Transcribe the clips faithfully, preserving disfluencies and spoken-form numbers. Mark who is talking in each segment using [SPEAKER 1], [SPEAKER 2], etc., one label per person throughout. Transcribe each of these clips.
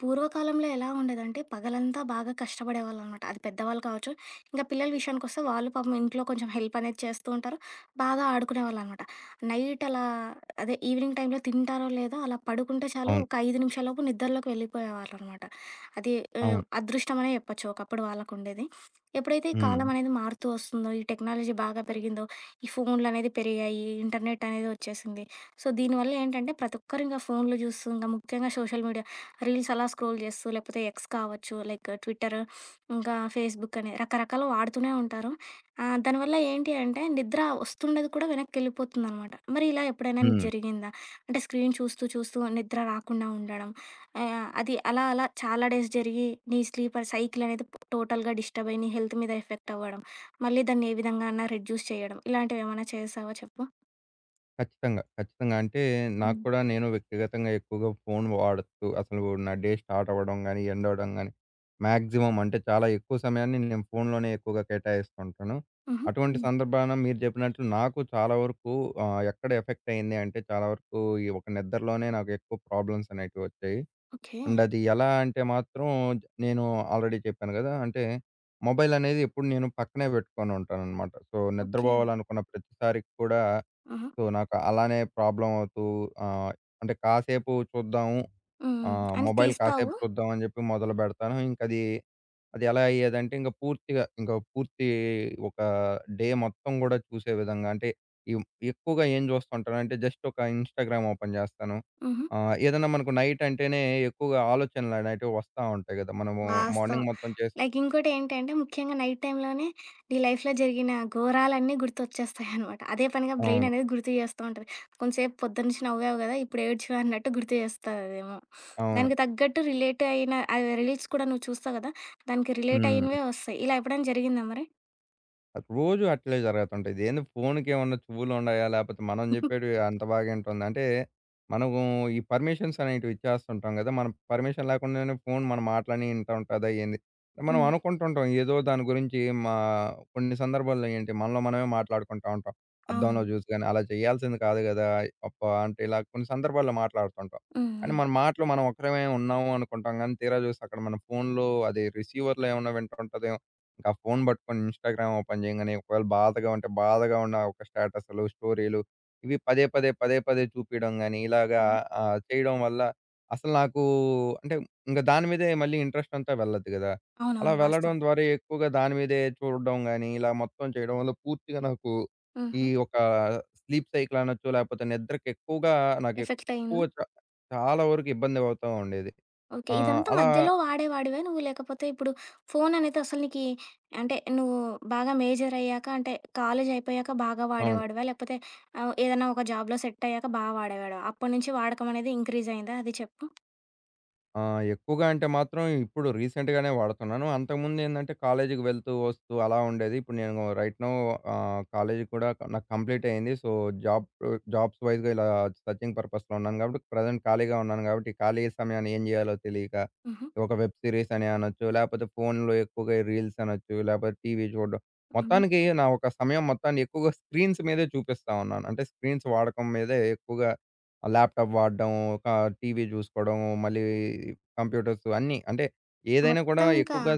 [SPEAKER 1] పూర్వకాలంలో ఎలా ఉండేదంటే పగలంతా బాగా కష్టపడేవాళ్ళనమాట. అది పెద్దవాళ్ళు కావచ్చు, ఇంకా పిల్లల విషయానికొస్తే వాళ్ళు పాపం ఇంట్లో కొంచెం హెల్ప్ అనేది చేస్తూ ఉంటారు. బాగా ఆడుకునేవాళ్ళనమాట. నైట్ అలా అదే ఈవినింగ్ టైంలో తింటారో లేదో అలా పడుకుంటే చాలు
[SPEAKER 2] అవును.
[SPEAKER 1] ఒక ఐదు నిమిషాలలోపు నిద్రలోకి వెళ్ళిపోయేవాళ్ళనమాట. అది ఆహ్,
[SPEAKER 2] అవును.
[SPEAKER 1] అదృష్టమనే చెప్పొచ్చు ఒకప్పుడు వాళ్ళకుండేది. ఎప్పుడైతే ఈ
[SPEAKER 2] హ్మ్.
[SPEAKER 1] కాలం అనేది మారుతూ వస్తుందో, ఈ టెక్నాలజీ బాగా పెరిగిందో, ఈ ఫోన్లనేది పెరిగాయి, ఇంటర్నెట్ అనేది వచ్చేసింది. సో, దీనివల్ల ఏంటంటే ప్రతి ఒక్కరు ఇంక ఫోన్లు చూస్తూ, ఇంకా ముఖ్యంగా సోషల్ మీడియా రీల్స్ అలా స్క్రోల్ చేస్తూ, లేకపోతే ఎక్స్ కావచ్చు, లైక్ ట్విట్టర్, ఇంకా ఫేస్‌బుక్ అని రకరకాలు వాడుతూనే ఉంటారు. ఆహ్, దానివల్ల ఏంటి అంటే నిద్ర వస్తుండేది కూడా వెనక్కెళ్ళిపోతుందనమాట. మరి ఇలా ఎప్పుడైనా నీకు
[SPEAKER 2] హ్మ్.
[SPEAKER 1] జరిగిందా? అంటే స్క్రీన్ చూస్తూ చూస్తూ నిద్ర రాకుండా ఉండడం. ఆహ్, అది అలా అలా చాలా డేస్ జరిగి నీ స్లీపర్ సైకిల్ అనేది టోటల్‌గా డిస్టర్బ్ అయ్యి నీ హెల్త్ మీద ఎఫెక్ట్ అవ్వడం. మళ్ళీ దాన్ని ఏ విధంగా అన్నా రెడ్యూస్ చేయడం. ఇలాంటివేమైనా చేశావా చెప్పు?
[SPEAKER 2] ఖచ్చితంగా. ఖచ్చితంగా. అంటే నాకు
[SPEAKER 1] హ్మ్.
[SPEAKER 2] కూడా నేను వ్యక్తిగతంగా ఎక్కువగా ఫోను వాడుతూ అసలు నా డే స్టార్ట్ అవ్వడం గాని, ఎండ్ అవ్వడం గాని, మాక్సిమం అంటే చాలా ఎక్కువ సమయాన్ని నేను ఫోనులోనే ఎక్కువగా కేటాయిస్తుంటాను.
[SPEAKER 1] హుహు.
[SPEAKER 2] అటువంటి
[SPEAKER 1] హ్మ్.
[SPEAKER 2] సందర్భాన మీరు చెప్పినట్లు నాకు చాలా వరకు ఆహ్, ఎక్కడ ఎఫెక్ట్ అయింది అంటే, చాలా వరకు ఈ ఒక నిద్రలోనే నాకు ఎక్కువ ప్రాబ్లమ్స్ అనేటివి వచ్చాయి.
[SPEAKER 1] ఓకే.
[SPEAKER 2] అండ్ అది ఎలా అంటే మాత్రం, జ నేను ఆల్రెడీ చెప్పాను గదా! అంటే మొబైల్ అనేది ఎప్పుడు నేను పక్కనే పెట్టుకొని ఉంటాననమాట. So,
[SPEAKER 1] okay.
[SPEAKER 2] నిద్రపోవాలనుకున్న ప్రతిసారి కూడా
[SPEAKER 1] హుహు.
[SPEAKER 2] సో, నాకు అలానే ప్రాబ్లమవుతూ ఆహ్, అంటే కాసేపు చూద్దాము.
[SPEAKER 1] హ్మ్. హ్మ్.
[SPEAKER 2] ఆహ్,
[SPEAKER 1] అని
[SPEAKER 2] మొబైల్
[SPEAKER 1] తీస్తావు.
[SPEAKER 2] కాసేపు చూద్దాం అని జెప్పి మొదలుబెడతాను. ఇంకది అది అది ఎలా అయ్యేదంటే, ఇంక పూర్తిగా ఇంక పూర్తి ఒక డే మొత్తం గూడా చూసే విధంగా అంటే, ఇవ్ ఎక్కువగా ఏం జూస్తుంటానంటే జస్ట్ ఒక ఇన్‌స్టాగ్రామ్ ఓపెన్ జేస్తాను.
[SPEAKER 1] హుహు.
[SPEAKER 2] ఆహ్, ఏదన్నా మనకు నైట్ అంటేనే ఎక్కువగా ఆలోచనలనేటివి వస్తా ఉంటాయి గదా! మనము
[SPEAKER 1] వాస్తవం.
[SPEAKER 2] మార్నింగ్ మొత్తం చేసి
[SPEAKER 1] లైక్ ఇంకోటేంటంటే ముఖ్యంగా నైట్ టైమ్‌లోనే నీ లైఫ్‌లో జరిగిన ఘోరాలన్నీ గుర్తొచ్చేస్తాయనమాట. అదే పనిగా బ్రెయిన్
[SPEAKER 2] అవును.
[SPEAKER 1] అనేది గుర్తు చేస్తూ ఉంటది. కొంసేపు పొద్దున్నుంచి నవ్వావు గదా! ఇప్పుడు ఏడ్చు అన్నట్టు గుర్తు చేస్తదేమో.
[SPEAKER 2] అవును.
[SPEAKER 1] దానికి తగ్గట్టు రిలేట్ అయిన ఆహ్, రీల్స్ కూడా నువ్వు చూస్తావు గదా! దానికి రిలేట్
[SPEAKER 2] హ్మ్.
[SPEAKER 1] అయినవే వస్తాయి. ఇలా ఎప్పుడైనా జరిగిందా మరి?
[SPEAKER 2] రోజు అట్లే జరుగుతుంటాయి. ఇదేంది, ఫోనుకేమన్నా చెవులుండాయా? లేపోతే మనం జెప్పేటివి అంత బాగా ఇంటుంది. అంటే మనము ఈ పర్మిషన్స్ అనేటివి ఇచ్చేస్తుంటాం గదా! మనం పర్మిషన్ లేకుండానే ఫోను మన మాటలన్నీ ఇంటా ఉంటదా ఏంది? మనం
[SPEAKER 1] హ్మ్.
[SPEAKER 2] అనుకుంటుంటాం ఏదో దాని గురించి, మా కొన్ని సందర్భాల్లో ఏంటి మనలో మనమే మాట్లాడుకుంటా ఉంటాం. అద్దంలో
[SPEAKER 1] అవునవును.
[SPEAKER 2] జూసి గాని అలా చేయాల్సింది కాదు గదా! అబ్బా! అంటే ఇలా కొన్ని సందర్భాల్లో మాట్లాడుతుంటాం.
[SPEAKER 1] హ్మ్.
[SPEAKER 2] కానీ
[SPEAKER 1] హ్మ్.
[SPEAKER 2] మన మాటలు మనం ఒక్కరమే ఉన్నాము అనుకుంటాం గానీ, తీరా జూస్తే అక్కడ మన ఫోనులో అది రిసీవర్‌లో ఏమన్నా వింటుంటదేమో! ఇంకా ఫోను పట్టుకొని ఇన్‌స్టాగ్రామ్ ఓపెన్ చేయంగానే ఒకవేళ బాధగా ఉంటే బాధగా ఉన్న ఒక స్టేటస్‌లు, స్టోరీలు ఇవి పదే, పదే, పదే, పదే చూపియడం గాని ఇలాగా
[SPEAKER 1] హ్మ్.
[SPEAKER 2] ఆహ్, చేయడం వల్ల అసలు నాకు అంటే ఇంక దాని మీదే మళ్ళీ ఇంట్రెస్ట్ అంతా వెళ్ళదు కదా! అలా
[SPEAKER 1] అవునవును.
[SPEAKER 2] వెళ్ళడం
[SPEAKER 1] వాస్తవం.
[SPEAKER 2] ద్వారా ఎక్కువగా దాని మీదే చూడడం గాని ఇలా మొత్తం చేయడం వల్ల పూర్తిగా నాకు ఈ
[SPEAKER 1] హుహు.
[SPEAKER 2] ఒక స్లీప్ సైకిల్ అనొచ్చు, లేకపోతే నిద్రకి ఎక్కువగా నాకు
[SPEAKER 1] ఎఫెక్ట్
[SPEAKER 2] ఎక్కువ
[SPEAKER 1] అయిందా?
[SPEAKER 2] చ చాలా వరకు ఇబ్బంది అవుతా ఉండేది.
[SPEAKER 1] ఓకే.
[SPEAKER 2] ఆహ్,
[SPEAKER 1] ఇదంతా
[SPEAKER 2] అలా
[SPEAKER 1] మధ్యలో వాడేవాడివా నువ్వు? లేకపోతే ఇప్పుడు ఫోన్ అనేది అసలు నీకి అంటే నువ్వు బాగా మేజర్ అయ్యాక అంటే కాలేజ్ అయిపోయాక బాగా
[SPEAKER 2] అవును.
[SPEAKER 1] వాడేవాడివా? లేకపోతే ఆహ్, ఏదైనా ఒక జాబ్‌లో సెట్ అయ్యాక బా వాడేవాడివా? అప్పటి నుంచి వాడకం అనేది ఇంక్రీజ్ అయిందా? అది చెప్పు.
[SPEAKER 2] ఆ! ఎక్కువగా అంటే మాత్రం ఇప్పుడు రీసెంట్‌గానే వాడుతున్నాను. అంతకుముందేందంటే కాలేజీకి వెళ్తూ, వస్తూ అలా ఉండేది. ఇప్పుడు నేను రైట్ నౌ ఆహ్, కాలేజీ కూడా నాకు కంప్లీట్ అయింది. సో, జాబ్ జాబ్స్ వైస్‌గా ఇలా సర్చింగ్ పర్పస్‌లో ఉన్నాను కాబట్టి, ప్రజెంట్ ఖాళీగా ఉన్నాను కాబట్టి, ఖాళీ సమయాన్ని ఏం చేయాలో తెలియక
[SPEAKER 1] హుహు.
[SPEAKER 2] ఒక వెబ్ సిరీస్ అని అనొచ్చు, లేకపోతే ఫోన్‌లో ఎక్కువగా రీల్స్ అనొచ్చు, లేకపోతే టీవీ చూడడం.
[SPEAKER 1] హ్మ్.
[SPEAKER 2] మొత్తానికి నా ఒక సమయం మొత్తాన్ని ఎక్కువగా స్క్రీన్స్ మీదే చూపిస్తా ఉన్నాను. అంటే స్క్రీన్స్ వాడకం మీదే ఎక్కువగా ల్యాప్‌టాప్ వాడడం, ఒక టీవీ చూసుకోవడం, మళ్ళీ కంప్యూటర్స్ అన్నీ. అంటే ఏదైనా కూడా
[SPEAKER 1] మొత్తం ఇంకా
[SPEAKER 2] ఎక్కువగా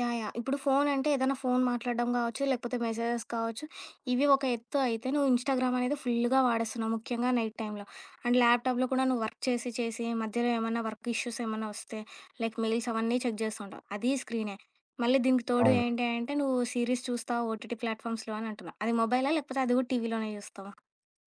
[SPEAKER 1] యాహ్! యాహ్! ఇప్పుడు ఫోను అంటే ఏదైనా ఫోను మాట్లాడడం గావచ్చు, లేకపోతే మెసేజెస్ కావచ్చు, ఇవి ఒక ఎత్తు అయితే నువ్వు ఇన్‌స్టాగ్రామ్ అనేది ఫుల్‌గా వాడేస్తున్నావు. ముఖ్యంగా నైట్ టైంలో. అండ్ ల్యాప్‌టాప్‌లో కూడా నువ్వు వర్క్ చేసి, చేసి మధ్యలో ఏమన్నా వర్క్ ఇష్యూస్ ఏమన్నా వస్తే, లైక్ మెయిల్స్ అవన్నీ చెక్ చేస్తుంటావు. అది స్క్రీనే. మళ్ళీ దీనికి తోడు అవును.
[SPEAKER 2] అవును.
[SPEAKER 1] ఏంటి అంటే నువ్వు సీరీస్ చూస్తావు ఓటీటీ ప్లాట్‌ఫామ్స్‌లో అని అంటున్నావు. అది మొబైలా? లేకపోతే అది కూడా టీవీలోనే చూస్తావా?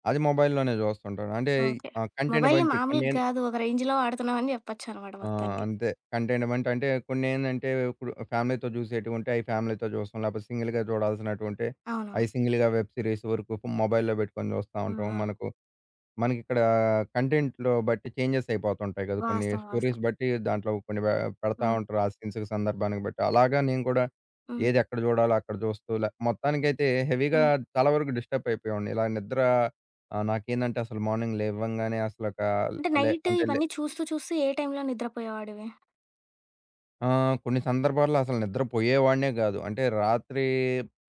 [SPEAKER 2] అది మొబైల్‌లోనే చూస్తుంటాను. అంటే
[SPEAKER 1] ఓకే.
[SPEAKER 2] ఆహ్, కంటెంట్
[SPEAKER 1] మొబైల్‌ని
[SPEAKER 2] బట్టి
[SPEAKER 1] మామూలుగా
[SPEAKER 2] కొన్నేన్
[SPEAKER 1] కాదు ఒక రేంజ్‌లో వాడుతున్నావని చెప్పొచ్చనమాట
[SPEAKER 2] ఆ!
[SPEAKER 1] మొత్తానికి.
[SPEAKER 2] అంతే. కంటెంట్ బట్టి అంటే కొన్నేందంటే ఇప్పుడు ఫ్యామిలీతో చూసేటివి ఉంటే అయి ఫ్యామిలీతో చూస్తాం. లేకపోతే సింగిల్‌గా చూడాల్సినటివి ఉంటే
[SPEAKER 1] అవునవును.
[SPEAKER 2] అయి సింగిల్‌గా వెబ్ సిరీస్ వరకు మొబైల్‌లో పెట్టుకొని చూస్తా
[SPEAKER 1] హ్మ్.
[SPEAKER 2] ఉంటాం.
[SPEAKER 1] హ్మ్.
[SPEAKER 2] మనకు మనకిక్కడ కంటెంట్‌లో బట్టి చేంజెస్ అయిపోతుంటాయి కదా! కొన్ని
[SPEAKER 1] వాస్తవం. వాస్తవం.
[SPEAKER 2] స్టోరీస్ బట్టి దాంట్లో కొన్ని వే పెడతా
[SPEAKER 1] హ్మ్.
[SPEAKER 2] ఉంటారు. ఆ సీన్స్‌కి సందర్భానికి బట్టి. అలాగా నేను కూడా
[SPEAKER 1] హ్మ్.
[SPEAKER 2] ఏది ఎక్కడ చూడాలో అక్కడ చూస్తూ లే మొత్తానికైతే హెవీగా
[SPEAKER 1] హ్మ్.
[SPEAKER 2] చాలా వరకు డిస్టర్బ్ అయిపోయేవాడిని. ఇలా నిద్ర ఆహ్, నాకేందంటే అసలు మార్నింగ్ లేవంగానే అసలొక
[SPEAKER 1] అంటే
[SPEAKER 2] లే
[SPEAKER 1] నైట్
[SPEAKER 2] అంటే లే
[SPEAKER 1] ఇవన్నీ చూస్తూ చూస్తూ ఏ టైంలో నిద్రపోయేవాడివి?
[SPEAKER 2] ఆ! కొన్ని సందర్భాల్లో అసలు నిద్రపోయేవాడినే కాదు. అంటే రాత్రి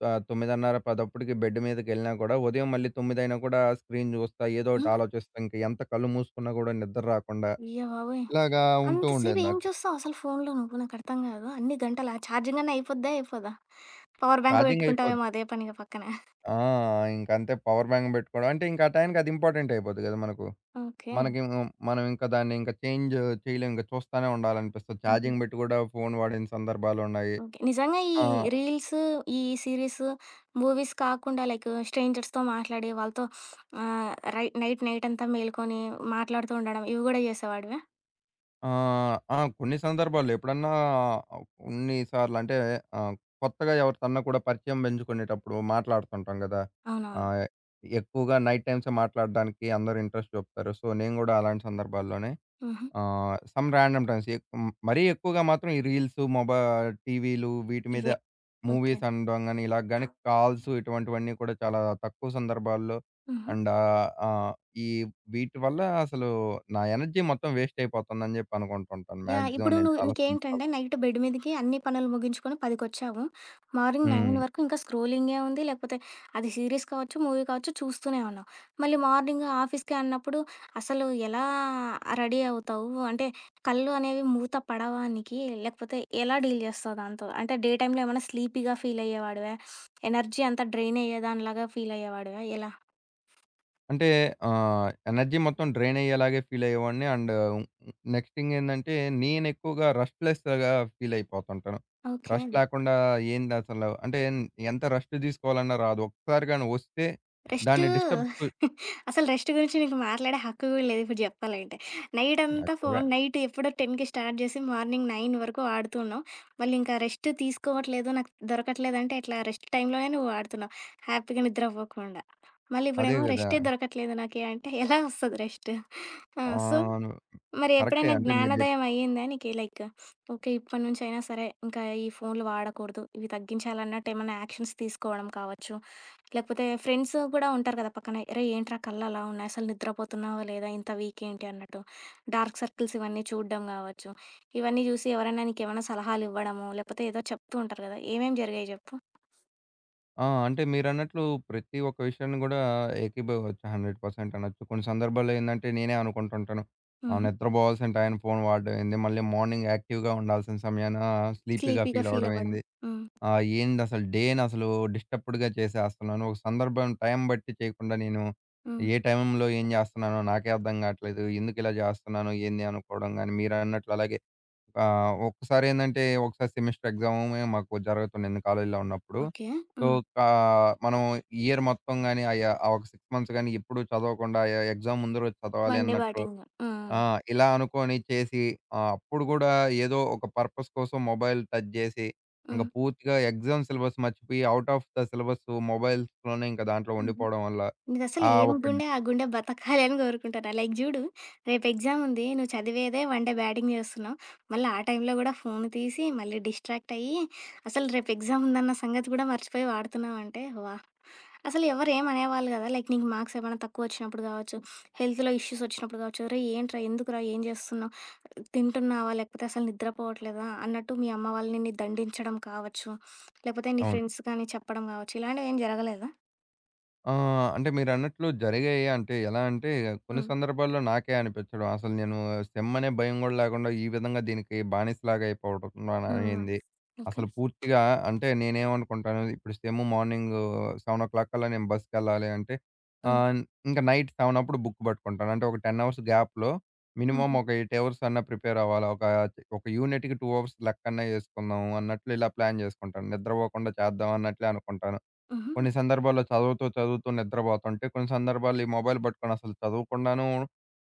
[SPEAKER 2] ఆహ్, తొమ్మిది ముప్పై, పది బెడ్ మీదకెళ్ళినా కూడా, ఉదయం మళ్ళీ తొమ్మిది అయినా కూడా స్క్రీన్ చూస్తా, ఏదో
[SPEAKER 1] హ్మ్.
[SPEAKER 2] ఒకటి ఆలోచిస్తా, ఇంక ఎంత కళ్ళు మూసుకున్నా కూడా నిద్ర రాకుండా
[SPEAKER 1] అయ్య బాబోయ్!
[SPEAKER 2] ఇలాగా ఉంటూ
[SPEAKER 1] అంతసేపు
[SPEAKER 2] ఉండేది
[SPEAKER 1] ఏం
[SPEAKER 2] నాకు.
[SPEAKER 1] చూస్తావు అసలు ఫోన్‌లో నువ్వు? నాకర్థం కాదు. అన్ని గంటలా ఛార్జింగ్ అన్నా అయిపోద్దా? అయిపోదా? పవర్ బ్యాంక్
[SPEAKER 2] ఛార్జింగ్ అయిపోద్ది.
[SPEAKER 1] పెట్టుకుంటావేమో అదే పనిగా పక్కన.
[SPEAKER 2] ఆ! ఇంకంతే, పవర్ బ్యాంక్ బెట్టుకోవడం. అంటే ఇంక ఆ టైంకి అది ఇంపార్టెంట్ అయిపోద్ది గదా మనకు.
[SPEAKER 1] ఓకే.
[SPEAKER 2] మనకేమో మనం ఇంకా దాన్ని ఇంకా చేంజ్ చేయలేం. ఇంక చూస్తానే ఉండాలనిపిస్తది.
[SPEAKER 1] హుహు.
[SPEAKER 2] ఛార్జింగ్ బెట్టి గూడా ఫోను వాడిన సందర్భాలున్నాయి.
[SPEAKER 1] ఓకే. నిజంగా ఈ
[SPEAKER 2] ఆ!
[SPEAKER 1] రీల్స్, ఈ సీరీస్, మూవీస్ కాకుండా లైక్ స్ట్రేంజర్స్‌తో మాట్లాడి వాళ్ళతో ఆహ్, రై నైట్ నైట్ అంతా మేలుకొని మాట్లాడుతూ ఉండడం ఇవి కూడా చేసేవాడివా?
[SPEAKER 2] ఆ! ఆ! కొన్ని సందర్భాల్లో ఎప్పుడన్నా కొన్ని సార్లు అంటే ఆహ్, కొత్తగా ఎవరితోన్నా కూడా పరిచయం పెంచుకునేటప్పుడు మాట్లాడుతుంటాం గదా!
[SPEAKER 1] అవునవును.
[SPEAKER 2] ఆహ్, ఎక్కువగా నైట్ టైమ్సే మాట్లాడడానికి అందరూ ఇంట్రెస్ట్ చూపుతారు. సో, నేను గూడా అలాంటి సందర్భాల్లోనే
[SPEAKER 1] హుహు.
[SPEAKER 2] ఆహ్, సమ్ రాండమ్ టైమ్స్ ఎక్ హ్మ్. మరీ ఎక్కువగా మాత్రం ఈ రీల్సు, మొబా టీవీలు వీటి మీద
[SPEAKER 1] ఇవే. ఓకే.
[SPEAKER 2] మూవీస్ అనడం గాని, ఇలాగ గాని కాల్స్ ఇటువంటివన్నీ కూడా చాలా తక్కువ సందర్భాల్లో.
[SPEAKER 1] హుహు.
[SPEAKER 2] అండ్ ఆహ్, ఆహ్, ఈ వీటి వల్ల అసలు నా ఎనర్జీ మొత్తం వేస్ట్ అయిపోతుందని జెప్పి అనుకుంటుంటాను.
[SPEAKER 1] యాహ్!
[SPEAKER 2] మాక్సిమం
[SPEAKER 1] ఇప్పుడు
[SPEAKER 2] నేను
[SPEAKER 1] నువ్వు
[SPEAKER 2] చాలా సందర్భాలు.
[SPEAKER 1] నీకేంటంటే నైట్ బెడ్ మీదకి అన్ని పనులు ముగించుకొని 10:00కొచ్చావు. మార్నింగ్
[SPEAKER 2] హ్మ్.
[SPEAKER 1] తొమ్మిది వరకు ఇంకా స్క్రోలింగే ఉంది. లేకపోతే అది సీరీస్ కావచ్చు, మూవీ కావచ్చు చూస్తూనే ఉన్నావు. మళ్ళీ మార్నింగ్ ఆఫీస్‌కి అన్నప్పుడు అసలు ఎలా రెడీ అవుతావు? అంటే కళ్ళు అనేవి మూత పడవా నీకి? లేకపోతే ఎలా డీల్ చేస్తావు దాంతో? అంటే డే టైమ్‌లో ఏమన్నా స్లీపీగా ఫీల్ అయ్యేవాడివా? ఎనర్జీ అంతా డ్రైన్ అయ్యేదానిలాగా ఫీల్ అయ్యేవాడివా? ఎలా?
[SPEAKER 2] అంటే ఆహ్, ఎనర్జీ మొత్తం డ్రైన్ అయ్యేలాగే ఫీల్ అయ్యేవాడిని. అండ్ నెక్స్ట్ థింగ్ ఏందంటే, నేను ఎక్కువగా రెస్ట్‌లెస్‌గా ఫీల్ అయిపోతుంటాను.
[SPEAKER 1] ఓకే.
[SPEAKER 2] రెస్ట్ లేకుండా ఏంది అసలు అంటే, ఎంత రెస్ట్ తీసుకోవాలన్నా రాదు. ఒక్కసారి గాని వస్తే
[SPEAKER 1] రెస్టు
[SPEAKER 2] దాన్ని డిస్టర్బ్
[SPEAKER 1] అసలు రెస్ట్ గురించి నీకు మాట్లాడే హక్కు గూడా లేదు ఇప్పుడు జెప్పాలంటే. నైటంతా ఫోను
[SPEAKER 2] యాక్చువల్‌గా
[SPEAKER 1] నైట్ ఎప్పుడో 10:00కి స్టార్ట్ జేసి మార్నింగ్ తొమ్మిది వరకు ఆడుతూ ఉన్నావు. మళ్ళింకా రెస్ట్ తీసుకోవట్లేదు, నాకు దొరకట్లేదంటే ఎట్లా? రెస్ట్ టైమ్‌లోనే నువ్వు ఆడుతున్నావు హ్యాపీగా నిద్రపోకుండా. మళ్ళీ
[SPEAKER 2] అదే
[SPEAKER 1] ఇప్పుడేమో
[SPEAKER 2] గదా!
[SPEAKER 1] రెస్టే దొరకట్లేదు నాకి అంటే ఎలా ఒస్తది రెస్ట్? ఆ! సో,
[SPEAKER 2] అవును.
[SPEAKER 1] మరి
[SPEAKER 2] కరెక్టే.
[SPEAKER 1] ఎప్పుడైనా
[SPEAKER 2] అంటే మీరు జెప్
[SPEAKER 1] జ్ఞానోదయం అయ్యిందా నీకు? Like okay. ఇప్పటి నుంచైనా సరే ఇంకా ఈ ఫోన్‌లు వాడకూడదు. ఇవి తగ్గించాలన్నట్టు ఏమన్నా యాక్షన్స్ తీసుకోవడం కావచ్చు. లేకపోతే ఫ్రెండ్స్ కూడా ఉంటారు కదా! పక్కన "అరేయ్! ఏంట్రా కళ్ళు అలా ఉన్నాయి? అసలు నిద్రపోతున్నావా లేదా? ఇంత వీక్ ఏంటి?" అన్నట్టు. డార్క్ సర్కిల్స్ ఇవన్నీ చూడడం కావచ్చు. ఇవన్నీ చూసి ఎవరైనా నీకేమైనా సలహాలు ఇవ్వడమో, లేకపోతే ఏదో చెప్తూ ఉంటారు కదా! ఏమేమి జరిగాయి చెప్పు?
[SPEAKER 2] ఆ! అంటే మీరన్నట్లు ప్రతి ఒక్క విషయాన్ని గూడా ఏకీభవించవచ్చు, వంద శాతం అనొచ్చు. కొన్ని సందర్భాల్లో ఏందంటే నేనే అనుకుంటుంటాను. ఆ!
[SPEAKER 1] హుహు.
[SPEAKER 2] నిద్రపోవాల్సిన టైం ఫోను వాడడం ఏంది? మళ్ళీ మార్నింగ్ యాక్టివ్‌గా ఉండాల్సిన సమయాన స్లీపీగా
[SPEAKER 1] స్లీపీగా
[SPEAKER 2] ఫీల్
[SPEAKER 1] ఫీల్
[SPEAKER 2] అవ్వడం
[SPEAKER 1] అవ్వడం.
[SPEAKER 2] ఏంది?
[SPEAKER 1] హ్మ్.
[SPEAKER 2] ఆహ్, ఏందసలు డేనసలు డిస్టర్బ్డ్‌గా చేసేస్తున్నాను. ఒక సందర్భం టైం బట్టి చేయకుండా నేను
[SPEAKER 1] హ్మ్.
[SPEAKER 2] ఏ టైంలో ఏం జేస్తున్నానో నాకే అర్థం గాట్లేదు. ఎందుకిలా జేస్తున్నాను ఏంది అనుకోవడం గాని మీరన్నట్లు అలాగే ఆహ్, ఒక్కసారి ఏందంటే, ఒకసారి సెమిస్టర్ ఎగ్జామే మాకు జరుగుతుండింది కాలేజీలో ఉన్నప్పుడు.
[SPEAKER 1] ఓకే.
[SPEAKER 2] సో,
[SPEAKER 1] హ్మ్.
[SPEAKER 2] కా మనం ఇయర్ మొత్తం గాని, ఆ య ఆ ఒక ఆరు మంత్స్ గాని ఎప్పుడు చదవకుండా ఎ ఎగ్జామ్ ముందు రోజు చదవాలి
[SPEAKER 1] వన్ డే
[SPEAKER 2] అన్నట్లు
[SPEAKER 1] బ్యాటింగ్. హ్మ్.
[SPEAKER 2] ఆ! ఇలా అనుకోని చేసి ఆహ్, అప్పుడు గూడా ఏదో ఒక పర్పస్ కోసం మొబైల్ టచ్ జేసి, ఇంక పూర్తిగా ఎగ్జామ్ సిలబస్ మర్చిపోయి, ఔట్ ఆఫ్ ద సిలబస్ మొబైల్స్‌లోనే ఇంక దాంట్లో
[SPEAKER 1] హ్మ్.
[SPEAKER 2] ఉండిపోవడం వల్ల,
[SPEAKER 1] నీదసలు
[SPEAKER 2] ఆ
[SPEAKER 1] ఏం
[SPEAKER 2] ఒక అవును.
[SPEAKER 1] గుండె, ఆ గుండె బతకాలి అని కోరుకుంటున్నా. లైక్ జూడు, రేపు ఎగ్జామ్ ఉంది. నువ్వు చదివేదే వన్ డే బ్యాటింగ్ చేస్తున్నావు. మళ్ళీ ఆ టైంలో గూడా ఫోను తీసి, మళ్ళీ డిస్ట్రాక్ట్ అయ్యి, అసలు రేపు ఎగ్జామ్ ఉందన్న సంగతి కూడా మర్చిపోయి వాడుతున్నావంటే, వాహ్! అసలు ఎవరు ఏం అనేవాళ్ళు కదా! లైక్ నీకు మార్క్స్ ఏమైనా తక్కువొచ్చినప్పుడు గావచ్చు, హెల్త్‌లో ఇష్యూస్ వచ్చినప్పుడు గావచ్చు, "ఒరేయ్! ఏంట్రా? ఎందుకురా? ఏం చేస్తున్నావు? తింటున్నావా? లేకపోతే అసలు నిద్రపోవట్లేదా?" అన్నట్టు మీ అమ్మ వాళ్ళు నిన్ను దండించడం కావచ్చు, లేకపోతే నీ ఫ్రెండ్స్ కానీ చెప్పడం కావచ్చు, ఇలాంటివేం జరగలేదా?
[SPEAKER 2] ఆ! అంటే మీరన్నట్లు జరిగాయి. అంటే ఎలా అంటే కొన్ని
[SPEAKER 1] హ్మ్.
[SPEAKER 2] సందర్భాల్లో నాకే అనిపించడం. అసలు నేను సెమ్ అనే భయం గూడా లేకుండా ఈ విధంగా దీనికి బానిసలాగా అయిపోవడం
[SPEAKER 1] హ్మ్.
[SPEAKER 2] అయింది.
[SPEAKER 1] ఓకే.
[SPEAKER 2] అసలు పూర్తిగా అంటే నేనేమనుకుంటాను, ఇప్పుడు సెమ్ మార్నింగ్ ఏడు కల్లా నేను బస్‌కెళ్ళాలి అంటే,
[SPEAKER 1] హ్మ్.
[SPEAKER 2] ఆహ్, ఇంకా నైట్ ఏడు అప్పుడు బుక్ పట్టుకుంటాను. అంటే ఒక పది అవర్స్ గ్యాప్‌లో మినిమమ్
[SPEAKER 1] హుహు.
[SPEAKER 2] ఒక ఎనిమిది అవర్స్ అన్నా ప్రిపేర్ అవ్వాలి. ఒక ఒక యూనిట్‌కి రెండు అవర్స్ లెక్కన యేసుకుందాం అన్నట్లు ఇలా ప్లాన్ చేసుకుంటాను. నిద్రపోకుండా చేద్దాం అన్నట్లే అనుకుంటాను.
[SPEAKER 1] హుహు.
[SPEAKER 2] కొన్ని సందర్భాల్లో చదువుతూ, చదువుతూ నిద్రపోతుంటే, కొన్ని సందర్భాల్లో ఈ మొబైల్ పట్టుకొని అసలు చదవకుండాను,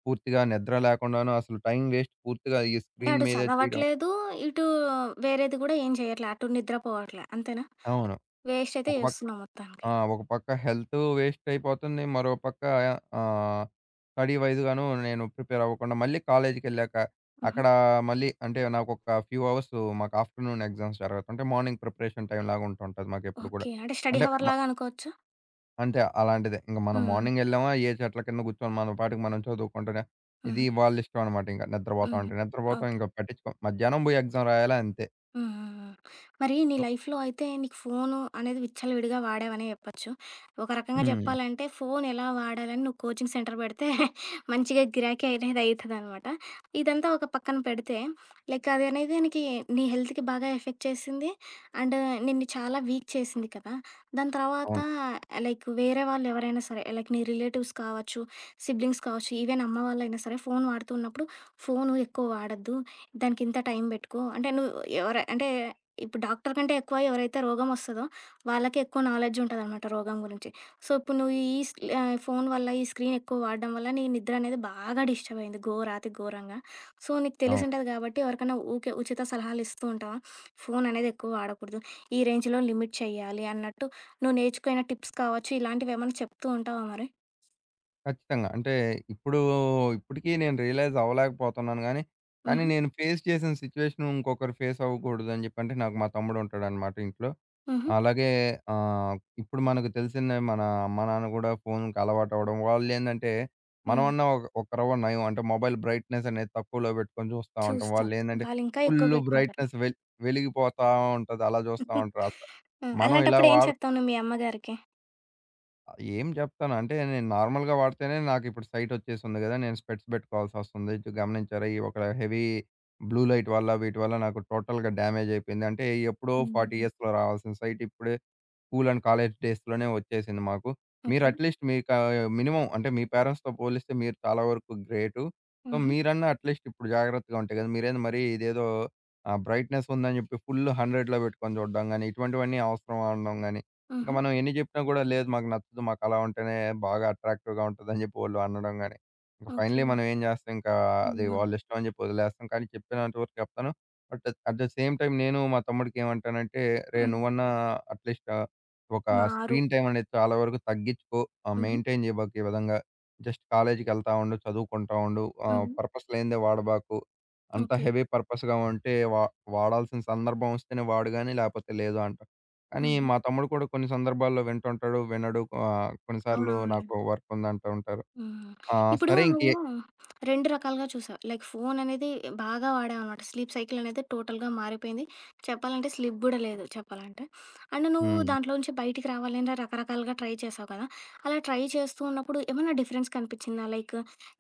[SPEAKER 2] పూర్తిగా నిద్ర లేకుండాను అసలు టైం వేస్ట్ పూర్తిగా ఈ
[SPEAKER 1] అంటే
[SPEAKER 2] స్క్రీన్
[SPEAKER 1] అటు
[SPEAKER 2] మీదే చేయడం.
[SPEAKER 1] చదవట్లేదు, ఇటు వేరేది గూడా ఏం చేయట్లే. అటు నిద్రపోవట్లే. అంతేనా?
[SPEAKER 2] అవును.
[SPEAKER 1] వేస్ట్ అయితే
[SPEAKER 2] ఒక పక్క
[SPEAKER 1] చేస్తున్నావు మొత్తానికి.
[SPEAKER 2] ఆ! ఒక పక్క హెల్త్ వేస్ట్ అయిపోతుంది. మరో పక్క ఆహ్, స్టడీ వైస్‌గాను నేను ప్రిపేర్ అవ్వకుండా మళ్ళీ కాలేజ్‌కెళ్ళాక
[SPEAKER 1] హుహు.
[SPEAKER 2] అక్కడ మళ్ళీ అంటే నాకొక ఫ్యూ అవర్స్ మాకు ఆఫ్టర్‌నూన్ ఎగ్జామ్స్ జరుగుతుంటాయి. మార్నింగ్ ప్రిపరేషన్ టైమ్ లాగా ఉంటుంటది మాకెప్పుడు కూడా.
[SPEAKER 1] ఓకే. అంటే స్టడీ
[SPEAKER 2] అంటే మ
[SPEAKER 1] హవర్‌లాగా అనుకోవచ్చా?
[SPEAKER 2] అంటే అలాంటిదే. ఇంక మనం
[SPEAKER 1] హ్మ్.
[SPEAKER 2] మార్నింగ్ ఎళ్ళామా, ఏ చెట్ల కింద కూర్చొని మన పాటికి మనం చదువుకుంటూనే,
[SPEAKER 1] హుహు.
[SPEAKER 2] ఇది వాళ్ళిష్టం అన్నమాట ఇంక. నిద్రపోతాం
[SPEAKER 1] హుహు.
[SPEAKER 2] అంటే నిద్రపోతాం,
[SPEAKER 1] ఓకే.
[SPEAKER 2] ఇంక పట్టించుకోం. మధ్యాహ్నం పోయి ఎగ్జామ్ రాయాలా అంతే.
[SPEAKER 1] హ్మ్. హ్మ్. హ్మ్. మరి నీ
[SPEAKER 2] సో
[SPEAKER 1] లైఫ్‌లో అయితే నీకు ఫోను అనేది విచ్చలవిడిగా వాడావనే చెప్పొచ్చు. ఒక రకంగా
[SPEAKER 2] హ్మ్.
[SPEAKER 1] చెప్పాలంటే ఫోను ఎలా వాడాలని నువ్వు కోచింగ్ సెంటర్ పెడితే మంచిగా గిరాకీ అనేది అయితదనమాట. ఇదంతా ఒక పక్కన పెడితే లైక్ అది అనేది నీకి నీ హెల్త్‌కి బాగా ఎఫెక్ట్ చేసింది. అండ్ నిన్ను చాలా వీక్ చేసింది కదా! దాని తర్వాత
[SPEAKER 2] అవును.
[SPEAKER 1] లైక్ వేరే వాళ్ళు ఎవరైనా సరే లైక్ నీ రిలేటివ్స్ కావచ్చు, సిబ్లింగ్స్ కావచ్చు, ఈవెన్ అమ్మ వాళ్ళైనా సరే ఫోను వాడుతూ ఉన్నప్పుడు ఫోను ఎక్కువ వాడొద్దు. దానికింత టైం బెట్టుకో. అంటే నువ్వు ఎవర అంటే ఇప్పుడు డాక్టర్ కంటే ఎక్కువ ఎవరైతే రోగం వస్తదో వాళ్ళకే ఎక్కువ నాలెడ్జ్ ఉంటదనమాట రోగం గురించి. సో, ఇప్పుడు నువ్వు ఈ స్ ఆహ్, ఫోను వల్ల, ఈ స్క్రీన్ ఎక్కువ వాడడం వల్ల నీ నిద్ర అనేది బాగా డిస్టర్బ్ అయింది ఘోరాతి ఘోరంగా. సో, నీకు
[SPEAKER 2] అవును.
[SPEAKER 1] తెలిసుంటది కాబట్టి ఎవరికైనా ఊకే ఉచిత సలహాలు ఇస్తూ ఉంటావా? ఫోను అనేది ఎక్కువ వాడకూడదు. ఈ రేంజ్‌లో లిమిట్ చేయాలి అన్నట్టు నువ్వు నేర్చుకున్న టిప్స్ కావచ్చు. ఇలాంటివేమన్నా చెప్తూ ఉంటావా మరి?
[SPEAKER 2] ఖచ్చితంగా. అంటే ఇప్పుడు ఇప్పటికి నేను రియలైజ్ అవ్వలేకపోతున్నాను గానీ, కానీ
[SPEAKER 1] హుహు.
[SPEAKER 2] నేను ఫేస్ చేసిన సిట్యుయేషన్ ఇంకొకరు ఫేస్ అవ్వకూడదని చెప్పి, అంటే నాకు మా తమ్ముడు ఉంటాడన్నమాట ఇంట్లో.
[SPEAKER 1] హుహు.
[SPEAKER 2] అలాగే ఆహ్, ఇప్పుడు మనకు తెలిసిందే మన అమ్మ, నాన్న గూడా ఫోన్‌కి అలవాటవ్వడం. వాళ్ళేందంటే,
[SPEAKER 1] హ్మ్.
[SPEAKER 2] మనమన్నా ఒక ఒక రవ్వ నయం. అంటే, మొబైల్ బ్రైట్‌నెస్ అనేది తక్కువలో పెట్టుకొని చూస్తా ఉంటాం.
[SPEAKER 1] చూస్తాం.
[SPEAKER 2] వాళ్ళేందంటే,
[SPEAKER 1] వాళ్ళింకా ఎక్కువ
[SPEAKER 2] ఫుల్లు
[SPEAKER 1] పెట్టుకుంటారు.
[SPEAKER 2] బ్రైట్‌నెస్ వెల్ వెలిగిపోతా ఉంటది. అలా చూస్తా ఉంటారు. అస
[SPEAKER 1] ఆ!
[SPEAKER 2] మనం ఇలా
[SPEAKER 1] అలాంటప్పుడు ఏం
[SPEAKER 2] వాడత
[SPEAKER 1] చెప్తావు నువ్వు మీ అమ్మగారికి?
[SPEAKER 2] ఏం చెప్తాను అంటే, నేను నార్మల్‌గా వాడితేనే నాకిప్పుడు సైటొచ్చేసుంది గదా! నేను స్పెట్స్ పెట్టుకోవాల్సొస్తుంది. ఇటు గమనించారా? ఈ ఒక హెవీ బ్లూ లైట్ వల్ల, వీటి వల్ల నాకు టోటల్‌గా డ్యామేజయిపోయింది. అంటే, ఎప్పుడో నలభై
[SPEAKER 1] హ్మ్.
[SPEAKER 2] ఇయర్స్‌లో రావాల్సిన సైట్ ఇప్పుడే స్కూల్ అండ్ కాలేజ్ డేస్‌లోనే వచ్చేసింది మాకు. మీరు
[SPEAKER 1] ఓకే.
[SPEAKER 2] అట్‌లీస్ట్ మీకా మినిమమ్ అంటే మీ పేరెంట్స్‌తో పోలిస్తే మీరు చాలా వరకు గ్రేటు. సో,
[SPEAKER 1] హుహు.
[SPEAKER 2] మీరన్నా అట్‌లీస్ట్ ఇప్పుడు జాగ్రత్తగా ఉంటే కదా! మీరేంది మరీ ఇదేదో ఆహ్, బ్రైట్‌నెస్ ఉందని చెప్పి ఫుల్ 100లో పెట్టుకొని చూడడం గాని, ఇటువంటివన్నీ అవసరం అనడం గాని, ఇంకా
[SPEAKER 1] హుహు.
[SPEAKER 2] మనం ఎన్ని చెప్పినా కూడా లేదు మాకు నచ్చదు. మాకు అలా ఉంటేనే బాగా అట్రాక్టివ్‌గా ఉంటదని చెప్పి వోళ్ళు అనడం గాని, ఇంక
[SPEAKER 1] ఓకే.
[SPEAKER 2] ఫైనల్లీ మనం ఏం చేస్తాం, ఇంకా అది
[SPEAKER 1] హ్మ్.
[SPEAKER 2] వాళ్ళ ఇష్టం అని చెప్పి వదిలేస్తాం. కానీ చెప్పినంత వరకు చెప్తాను. But at the same time నేను మా తమ్ముడికి ఏమంటానంటే, "రేయ్!
[SPEAKER 1] హ్మ్.
[SPEAKER 2] నువ్వన్నా అట్‌లీస్ట్" ఒక
[SPEAKER 1] మారు.
[SPEAKER 2] స్క్రీన్ టైమ్ అనేది చాలా వరకు తగ్గించుకో. ఆహ్,
[SPEAKER 1] హుహు.
[SPEAKER 2] మెయింటైన్ జేయబాకు ఈ విధంగా. జస్ట్ కాలేజ్‌కెళ్తా ఉండు, చదువుకుంటా ఉండు. ఆహ్,
[SPEAKER 1] హ్మ్.
[SPEAKER 2] పర్పస్ లేనిదే వాడబాకు. అంత
[SPEAKER 1] ఓకే.
[SPEAKER 2] హెవీ పర్పస్‌గా ఉంటే వా వాడాల్సిన సందర్భం ఒస్తేనే వాడు గాని లేపోతే లేదు అంట. కానీ
[SPEAKER 1] హుహు.
[SPEAKER 2] మా తమ్ముడు కూడా కొన్ని సందర్భాల్లో వింటుంటాడు, వినడు. ఆహ్, కొన్నిసార్లు
[SPEAKER 1] అవునవునులే.
[SPEAKER 2] నాకు వర్క్ ఉందంటూ ఉంటారు.
[SPEAKER 1] హ్మ్.
[SPEAKER 2] ఆ!
[SPEAKER 1] ఇప్పుడు
[SPEAKER 2] సరే ఇంకే
[SPEAKER 1] నువ్వు రెండు రకాలుగా చూసావు. లైక్ ఫోననేది బాగా వాడావనమాట. స్లీప్ సైకిల్ అనేది టోటల్‌గా మారిపోయింది. చెప్పాలంటే స్లీప్ గూడా లేదు చెప్పాలంటే. అండ్ నువ్వు
[SPEAKER 2] హ్మ్.
[SPEAKER 1] దాంట్లో నుంచి బయటికి రావాలని రకరకాలుగా ట్రై చేసావు కదా! అలా ట్రై చేస్తూ ఉన్నప్పుడు ఏమన్నా డిఫరెన్స్ కనిపిచ్చిందా? లైక్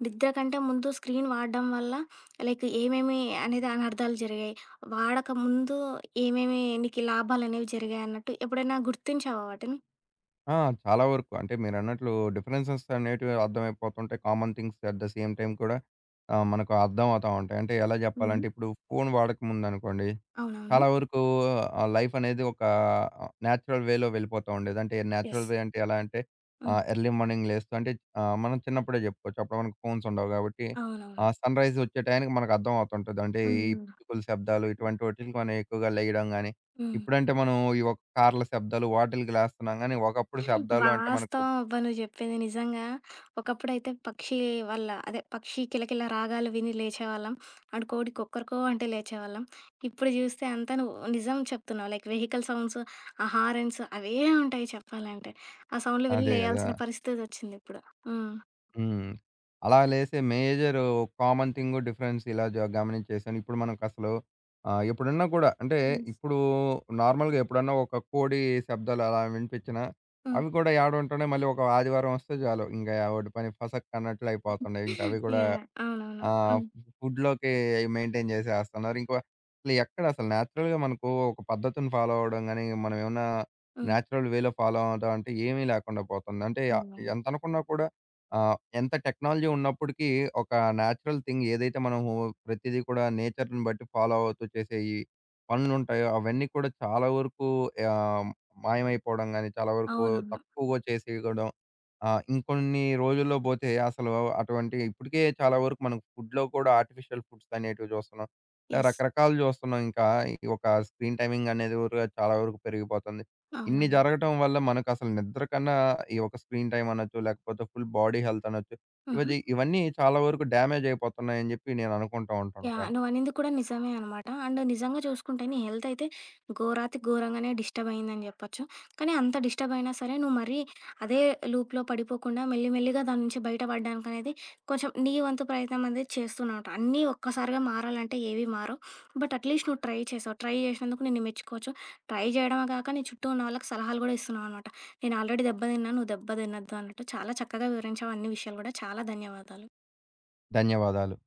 [SPEAKER 1] నిద్ర కంటే ముందు స్క్రీన్ వాడడం వల్ల లైక్ ఏమేమి అనేది అనర్థాలు జరిగాయి? వాడక ముందు ఏమేమి నీకి లాభాలనేవి జరిగాయన్నట్టు ఎప్పుడైనా గుర్తించావా వాటిని?
[SPEAKER 2] ఆ! చాలా వరకు. అంటే మీరన్నట్లు డిఫరెన్సెస్ అనేటివి అర్థమైపోతుంటాయి. Common things at the same time కూడా ఆహ్, మనకు అర్థం అవుతా ఉంటాయి. అంటే ఎలా
[SPEAKER 1] హుహు.
[SPEAKER 2] జెప్పాలంటే ఇప్పుడు ఫోను వాడకముందనుకోండి,
[SPEAKER 1] అవునవును.
[SPEAKER 2] చాలా వరకు ఆహ్, లైఫ్ అనేది ఒక నేచురల్ వేలో వెళ్ళిపోతా ఉండేది. అంటే
[SPEAKER 1] యెస్.
[SPEAKER 2] నేచురల్ వే అంటే ఎలా అంటే
[SPEAKER 1] హ్మ్.
[SPEAKER 2] ఆహ్, ఎర్లీ మార్నింగ్ లేస్తూ అంటే ఆహ్, మనం చిన్నప్పుడే చెప్పుకోవచ్చు. అప్పుడు మనకు ఫోన్స్ ఉండవు కాబట్టి
[SPEAKER 1] అవునవును.
[SPEAKER 2] ఆహ్, సన్‌రైజ్ వచ్చే టయానికి మనకు అర్థం అవుతుంటది. అంటే ఈ
[SPEAKER 1] హ్మ్.
[SPEAKER 2] పిచ్చుకల శబ్దాలు ఇటువంటి వాటిలకి మనం ఎక్కువగా లెయడం గాని,
[SPEAKER 1] హ్మ్.
[SPEAKER 2] ఇప్పుడంటే మనం ఈ ఒక కార్ల శబ్దాలు వాటిలకి లేస్తున్నాం గానీ, ఒకప్పుడు శబ్దాలు అంటే మనకు
[SPEAKER 1] వాస్తవం అబ్బా! నువ్వు జెప్పింది నిజంగా. ఒకప్పుడైతే పక్షి వాళ్ళ అదే పక్షి కిలకిల రాగాలు విని లేచేవాళ్ళం. అండ్ కోడి కొక్కరకో అంటే లేచేవాళ్ళం. ఇప్పుడు జూస్తే అంతా నువ్వు నిజం చెప్తున్నావు. లైక్ వెహికల్ సౌండ్స్, ఆ హారన్స్ అవే ఉంటాయి చెప్పాలంటే. ఆ సౌండ్‌లు విని హ్మ్.
[SPEAKER 2] అదే గదా!
[SPEAKER 1] లేయాల్సిన పరిస్థితొచ్చిందిప్పుడు. హ్మ్.
[SPEAKER 2] హ్మ్. అలా లేసే మేజర్ కామన్ థింగు డిఫరెన్స్ ఇలా జ గమనించేసాను. ఇప్పుడు మనకసలు ఆహ్, ఎప్పుడన్నా కూడా అంటే
[SPEAKER 1] హ్మ్.
[SPEAKER 2] ఇప్పుడు నార్మల్‌గా ఎప్పుడన్నా ఒక కోడి శబ్దాలు అలా వినిపించినా,
[SPEAKER 1] హ్మ్.
[SPEAKER 2] అవి కూడా యాడుంటున్నాయి. మళ్ళీ ఒక ఆదివారం వస్తే చాలు, ఇంకా వాడి పని ఫసక్ అన్నట్లు అయిపోతున్నాయి. ఇంకా అవి కూడా
[SPEAKER 1] యాహ్! అవునవును.
[SPEAKER 2] ఆ!
[SPEAKER 1] హ్మ్.
[SPEAKER 2] ఫుడ్‌లోకి మెయింటైన్ చేసేస్తున్నారు. ఇంకో అసలు ఎక్కడసలు నేచురల్‌గా మనకు ఒక పద్ధతిని ఫాలో అవ్వడం గాని, మనం ఏమన్నా
[SPEAKER 1] హ్మ్.
[SPEAKER 2] నేచురల్ వేలో ఫాలో అవుదాం అంటే ఏమీ లేకుండా పోతుంది. అంటే ఆహ్,
[SPEAKER 1] అవునవును. ఉమ్. ఉమ్.
[SPEAKER 2] ఎంత అనుకున్నా కూడా ఆహ్, ఎంత టెక్నాలజీ ఉన్నప్పటికీ ఒక నేచురల్ థింగ్ ఏదైతే మనము ప్రతిదీ కూడా నేచర్‌ని బట్టి ఫాలో అవుతూ చేసే ఈ పనులుంటాయో, అవన్నీ కూడా చాలా వరకు ఆహ్, మాయమైపోవడం గాని, చాలా వరకు
[SPEAKER 1] అవునవును.
[SPEAKER 2] తక్కువగా చేసేయడం ఆ! ఇంకొన్ని రోజుల్లో బోతే అసలు అటువంటి ఇప్పటికే చాలా వరకు మనం ఫుడ్‌లో కూడా ఆర్టిఫిషియల్ ఫుడ్స్ అనేటివి జూస్తున్నాం. ఇలా
[SPEAKER 1] యెస్.
[SPEAKER 2] రకరకాలు జూస్తున్నాం. ఇంకా ఈ ఒక స్క్రీన్ టైమింగ్ అనేది గూడా చాలా వరకు పెరిగిపోతుంది. ఇన్ని
[SPEAKER 1] అవునవును.
[SPEAKER 2] జరగటం వల్ల మనకసలు నిద్ర కన్నా ఈ ఒక స్క్రీన్ టైమ్ అనొచ్చు, లేకపోతే ఫుల్ బాడీ హెల్త్ అనొచ్చు.
[SPEAKER 1] హుహు.
[SPEAKER 2] ఇవజి ఇవన్నీ చాలా వరకు డ్యామేజ్ అయిపోతున్నాయని జెప్పి నేను అనుకుంటూ
[SPEAKER 1] యాహ్!
[SPEAKER 2] ఉంటుంటాను.
[SPEAKER 1] నువ్వనింది కూడా నిజమే అనమాట. అండ్ నిజంగా చూసుకుంటే నీ హెల్త్ అయితే ఘోరాతి ఘోరంగానే డిస్టర్బ్ అయిందని చెప్పొచ్చు. కానీ అంత డిస్టర్బ్ అయినా సరే నువ్వు మరీ అదే లూప్‌లో పడిపోకుండా మెల్లి మెల్లిగా దాని నుంచి బయట పడడానికనేది కొంచెం నీ వంతు ప్రయత్నం అనేది చేస్తున్నావనమాట. అన్నీ ఒక్కసారిగా మారాలంటే ఏవి మారవు. బట్ అట్‌లీస్ట్ నువ్వు ట్రై చేసావు. ట్రై చేసినందుకు నిన్ను మెచ్చుకోవచ్చు. ట్రై చేయడమే కాక నీ చుట్టూ ఉన్న వాళ్ళకి సలహాలు కూడా ఇస్తున్నావనమాట. నేను ఆల్రెడీ దెబ్బ తిన్నా, నువ్వు దెబ్బ తినొద్దు అన్నట్టు. చాలా చక్కగా వివరించావు అన్ని విషయాలు కూడా. చాలా ధన్యవాదాలు.
[SPEAKER 2] ధన్యవాదాలు.